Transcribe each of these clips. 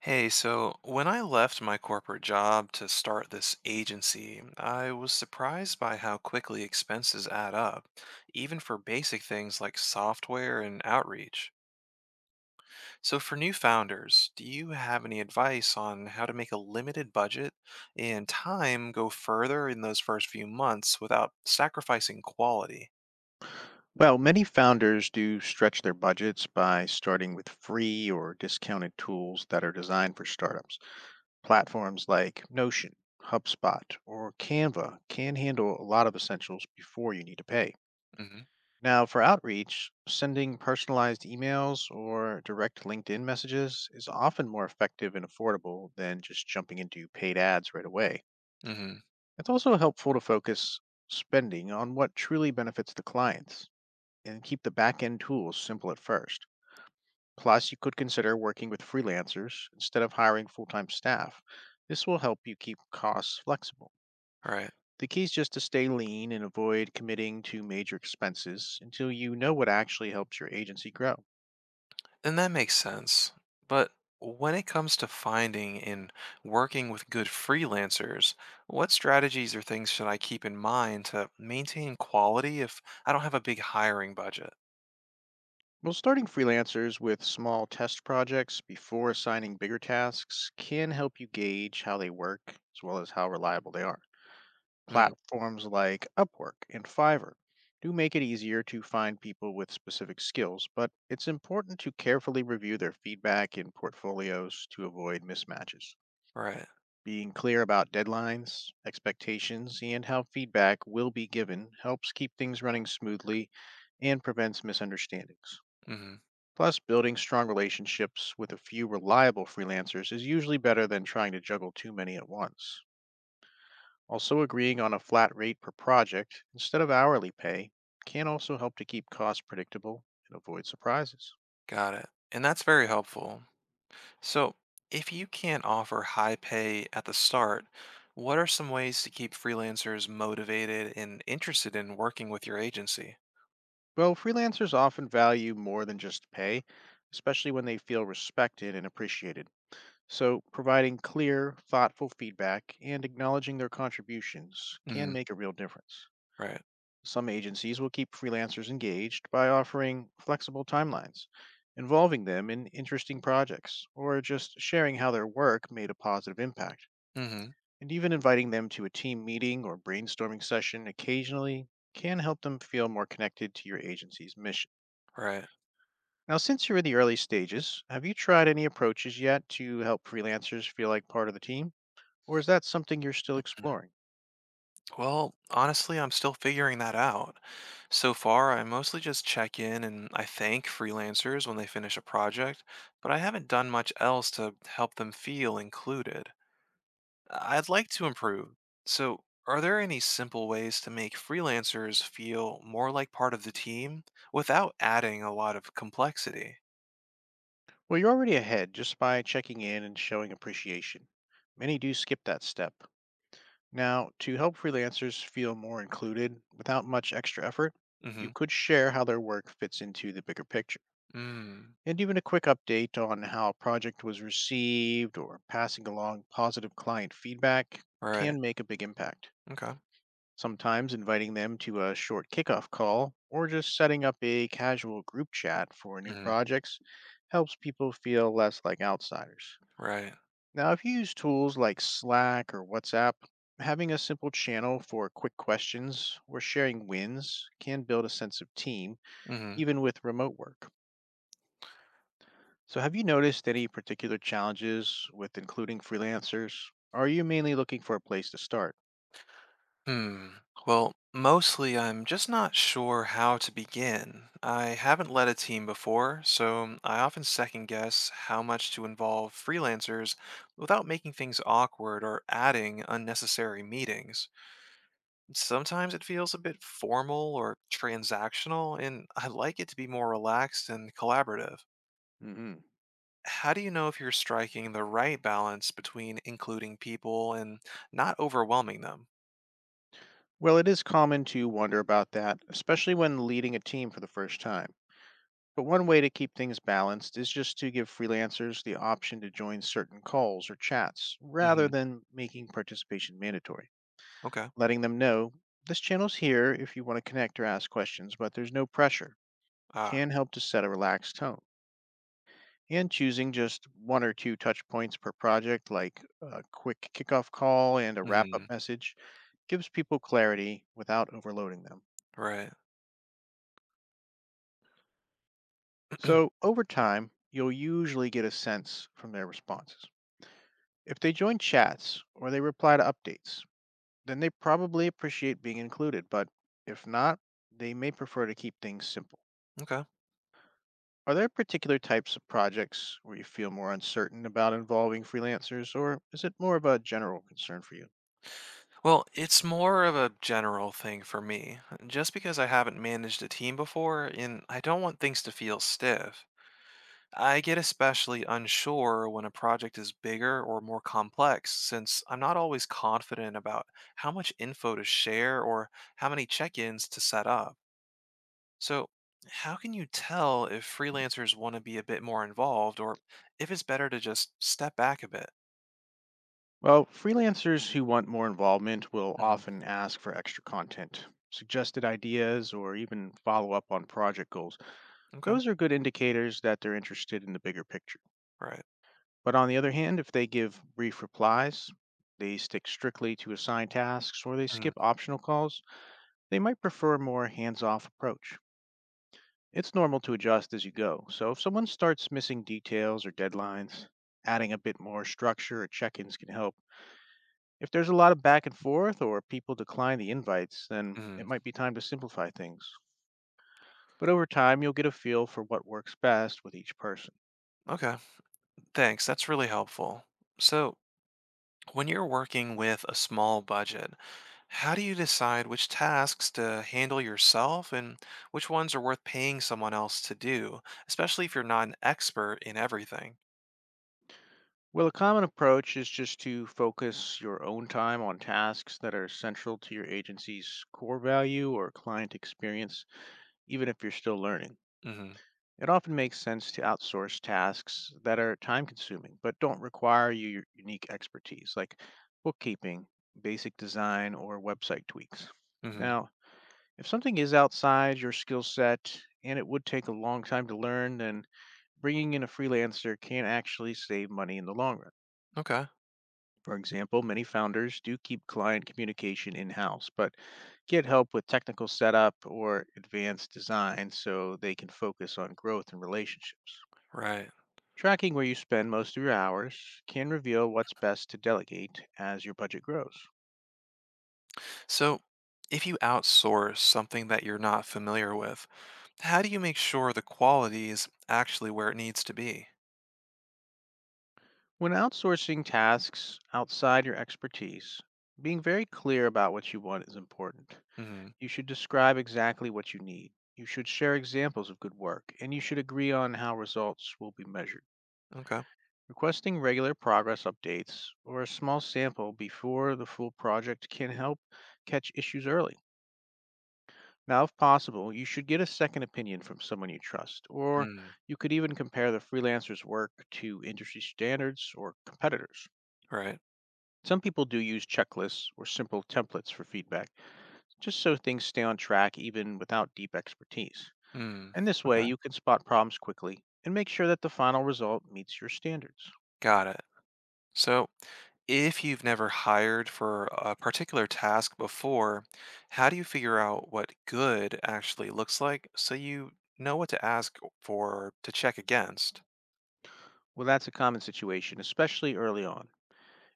Hey, so when I left my corporate job to start this agency, I was surprised by how quickly expenses add up, even for basic things like software and outreach. So, for new founders, do you have any advice on how to make a limited budget and time go further in those first few months without sacrificing quality? Well, many founders do stretch their budgets by starting with free or discounted tools that are designed for startups. Platforms like Notion, HubSpot, or Canva can handle a lot of essentials before you need to pay. Mm-hmm. Now, for outreach, sending personalized emails or direct LinkedIn messages is often more effective and affordable than just jumping into paid ads right away. Mm-hmm. It's also helpful to focus spending on what truly benefits the clients and keep the back end tools simple at first. Plus, you could consider working with freelancers instead of hiring full time staff. This will help you keep costs flexible. Right. The key is just to stay lean and avoid committing to major expenses until you know what actually helps your agency grow. And that makes sense. But when it comes to finding and working with good freelancers, what strategies or things should I keep in mind to maintain quality if I don't have a big hiring budget? Well, starting freelancers with small test projects before assigning bigger tasks can help you gauge how they work as well as how reliable they are. Mm, Platforms like Upwork and Fiverr do make it easier to find people with specific skills, but it's important to carefully review their feedback in portfolios to avoid mismatches. right. Being clear about deadlines, expectations, and how feedback will be given helps keep things running smoothly and prevents misunderstandings. Hmm. Plus, building strong relationships with a few reliable freelancers is usually better than trying to juggle too many at once. Also, agreeing on a flat rate per project instead of hourly pay can also help to keep costs predictable and avoid surprises. Got it. And that's very helpful. So, if you can't offer high pay at the start, what are some ways to keep freelancers motivated and interested in working with your agency? Well, freelancers often value more than just pay, especially when they feel respected and appreciated. So, providing clear, thoughtful feedback and acknowledging their contributions can Hmm. make a real difference. Right. Some agencies will keep freelancers engaged by offering flexible timelines, involving them in interesting projects, or just sharing how their work made a positive impact. Hmm. And even inviting them to a team meeting or brainstorming session occasionally can help them feel more connected to your agency's mission. Right. Now, since you're in the early stages, have you tried any approaches yet to help freelancers feel like part of the team? Or is that something you're still exploring? Well, honestly, I'm still figuring that out. So far, I mostly just check in and I thank freelancers when they finish a project, but I haven't done much else to help them feel included. I'd like to improve. So, are there any simple ways to make freelancers feel more like part of the team without adding a lot of complexity? Well, you're already ahead just by checking in and showing appreciation. Many do skip that step. Now, to help freelancers feel more included without much extra effort, you Mm-hmm. could share how their work fits into the bigger picture. Mm. And even a quick update on how a project was received or passing along positive client feedback Right. can make a big impact. Okay. Sometimes inviting them to a short kickoff call or just setting up a casual group chat for new Mm-hmm. projects helps people feel less like outsiders. Right. Now, if you use tools like Slack or WhatsApp, having a simple channel for quick questions or sharing wins can build a sense of team, Mm-hmm. even with remote work. So, have you noticed any particular challenges with including freelancers? Or are you mainly looking for a place to start? Hmm. Well, mostly I'm just not sure how to begin. I haven't led a team before, so I often second guess how much to involve freelancers without making things awkward or adding unnecessary meetings. Sometimes it feels a bit formal or transactional, and I like it to be more relaxed and collaborative. hmm How do you know if you're striking the right balance between including people and not overwhelming them? Well, it is common to wonder about that, especially when leading a team for the first time. But one way to keep things balanced is just to give freelancers the option to join certain calls or chats rather Hmm. than making participation mandatory. Okay. Letting them know this channel's here if you want to connect or ask questions, but there's no pressure, Ah. can help to set a relaxed tone. And choosing just one or two touch points per project, like a quick kickoff call and a wrap up Hmm. message, gives people clarity without overloading them. Right. So, over time, you'll usually get a sense from their responses. If they join chats or they reply to updates, then they probably appreciate being included, but if not, they may prefer to keep things simple. Okay. Are there particular types of projects where you feel more uncertain about involving freelancers, or is it more of a general concern for you? Well, it's more of a general thing for me, just because I haven't managed a team before, and I don't want things to feel stiff. I get especially unsure when a project is bigger or more complex, since I'm not always confident about how much info to share or how many check ins to set up. So, how can you tell if freelancers want to be a bit more involved or if it's better to just step back a bit? Well, freelancers who want more involvement will Hmm. often ask for extra content, suggested ideas, or even follow up on project goals. Okay, Those are good indicators that they're interested in the bigger picture. right. But on the other hand, if they give brief replies, they stick strictly to assigned tasks, or they skip optional calls, they might prefer a more hands off approach. It's normal to adjust as you go, so if someone starts missing details or deadlines, adding a bit more structure or check ins can help. If there's a lot of back and forth or people decline the invites, then it Mm-hmm. might be time to simplify things. But over time, you'll get a feel for what works best with each person. Okay, thanks. That's really helpful. So, when you're working with a small budget, how do you decide which tasks to handle yourself and which ones are worth paying someone else to do, especially if you're not an expert in everything? Well, a common approach is just to focus your own time on tasks that are central to your agency's core value or client experience, even if you're still learning. Mhm. It often makes sense to outsource tasks that are time consuming but don't require your unique expertise, like bookkeeping, basic design, or website tweaks. Mhm. Now, if something is outside your skill set and it would take a long time to learn, then bringing in a freelancer can actually save money in the long run. Okay. For example, many founders do keep client communication in house, but get help with technical setup or advanced design so they can focus on growth and relationships. Right. Tracking where you spend most of your hours can reveal what's best to delegate as your budget grows. So, if you outsource something that you're not familiar with, how do you make sure the quality is actually where it needs to be? When outsourcing tasks outside your expertise, being very clear about what you want is important. Mhm. You should describe exactly what you need. You should share examples of good work, and you should agree on how results will be measured. Okay. Requesting regular progress updates or a small sample before the full project can help catch issues early. Now, if possible, you should get a second opinion from someone you trust, or Mm. you could even compare the freelancer's work to industry standards or competitors. Right. Some people do use checklists or simple templates for feedback, just so things stay on track even without deep expertise. Mm. And this way, Okay. you can spot problems quickly and make sure that the final result meets your standards. Got it. So, if you've never hired for a particular task before, how do you figure out what good actually looks like so you know what to ask for to check against? Well, that's a common situation, especially early on.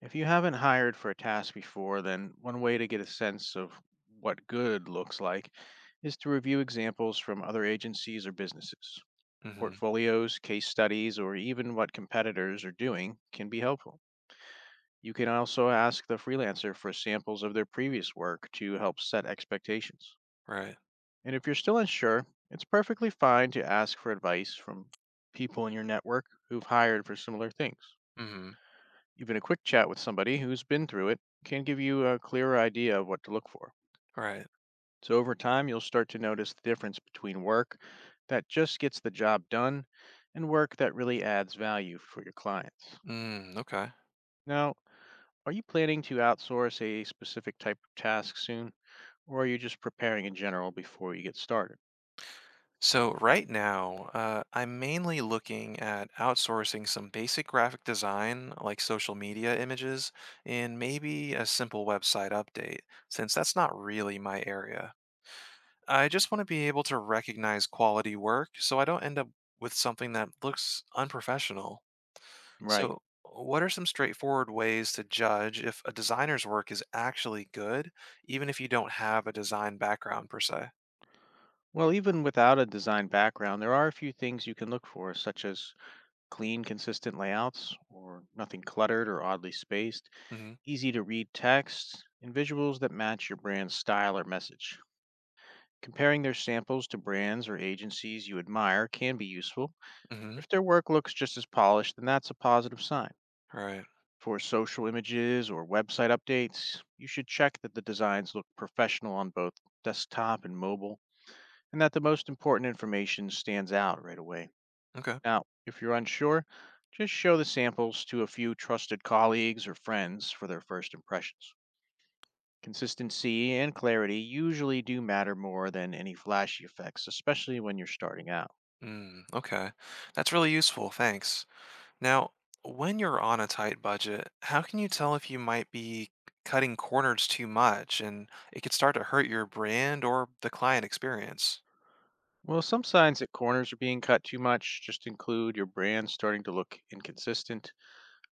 If you haven't hired for a task before, then one way to get a sense of what good looks like is to review examples from other agencies or businesses. Hmm. Portfolios, case studies, or even what competitors are doing can be helpful. You can also ask the freelancer for samples of their previous work to help set expectations. Right. And if you're still unsure, it's perfectly fine to ask for advice from people in your network who've hired for similar things. Hmm. Even a quick chat with somebody who's been through it can give you a clearer idea of what to look for. Right. So over time, you'll start to notice the difference between work that just gets the job done and work that really adds value for your clients. Mm, okay. Now, are you planning to outsource a specific type of task soon, or are you just preparing in general before you get started? So right now, I'm mainly looking at outsourcing some basic graphic design, like social media images, and maybe a simple website update, since that's not really my area. I just want to be able to recognize quality work so I don't end up with something that looks unprofessional. Right. So, what are some straightforward ways to judge if a designer's work is actually good, even if you don't have a design background per se? Well, even without a design background, there are a few things you can look for, such as clean, consistent layouts, or nothing cluttered or oddly spaced Hmm. easy to read text, and visuals that match your brand's style or message. Comparing their samples to brands or agencies you admire can be useful. Hmm. If their work looks just as polished, then that's a positive sign. Right. For social images or website updates, you should check that the designs look professional on both desktop and mobile, and that the most important information stands out right away. Okay. Now, if you're unsure, just show the samples to a few trusted colleagues or friends for their first impressions. Consistency and clarity usually do matter more than any flashy effects, especially when you're starting out. Mm, okay. That's really useful. Thanks. Now, when you're on a tight budget, how can you tell if you might be cutting corners too much and it could start to hurt your brand or the client experience? Well, some signs that corners are being cut too much just include your brand starting to look inconsistent,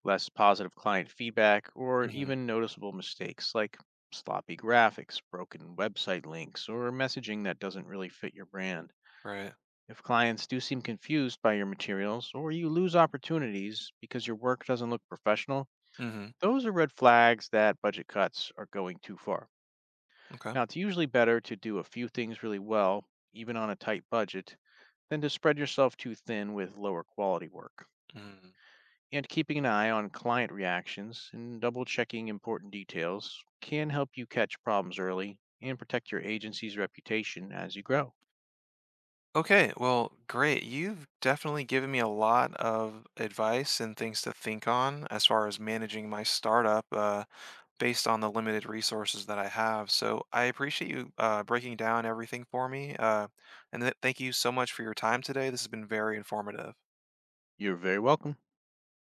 less positive client feedback, or even noticeable mistakes like sloppy graphics, broken website links, or messaging that doesn't really fit your brand. Right. If clients do seem confused by your materials, or you lose opportunities because your work doesn't look professional, Mhm. those are red flags that budget cuts are going too far. Okay. Now, it's usually better to do a few things really well, even on a tight budget, than to spread yourself too thin with lower quality work. Mm. And keeping an eye on client reactions and double checking important details can help you catch problems early and protect your agency's reputation as you grow. Okay, well, great. You've definitely given me a lot of advice and things to think on as far as managing my startup based on the limited resources that I have. So I appreciate you breaking down everything for me. And thank you so much for your time today. This has been very informative. You're very welcome.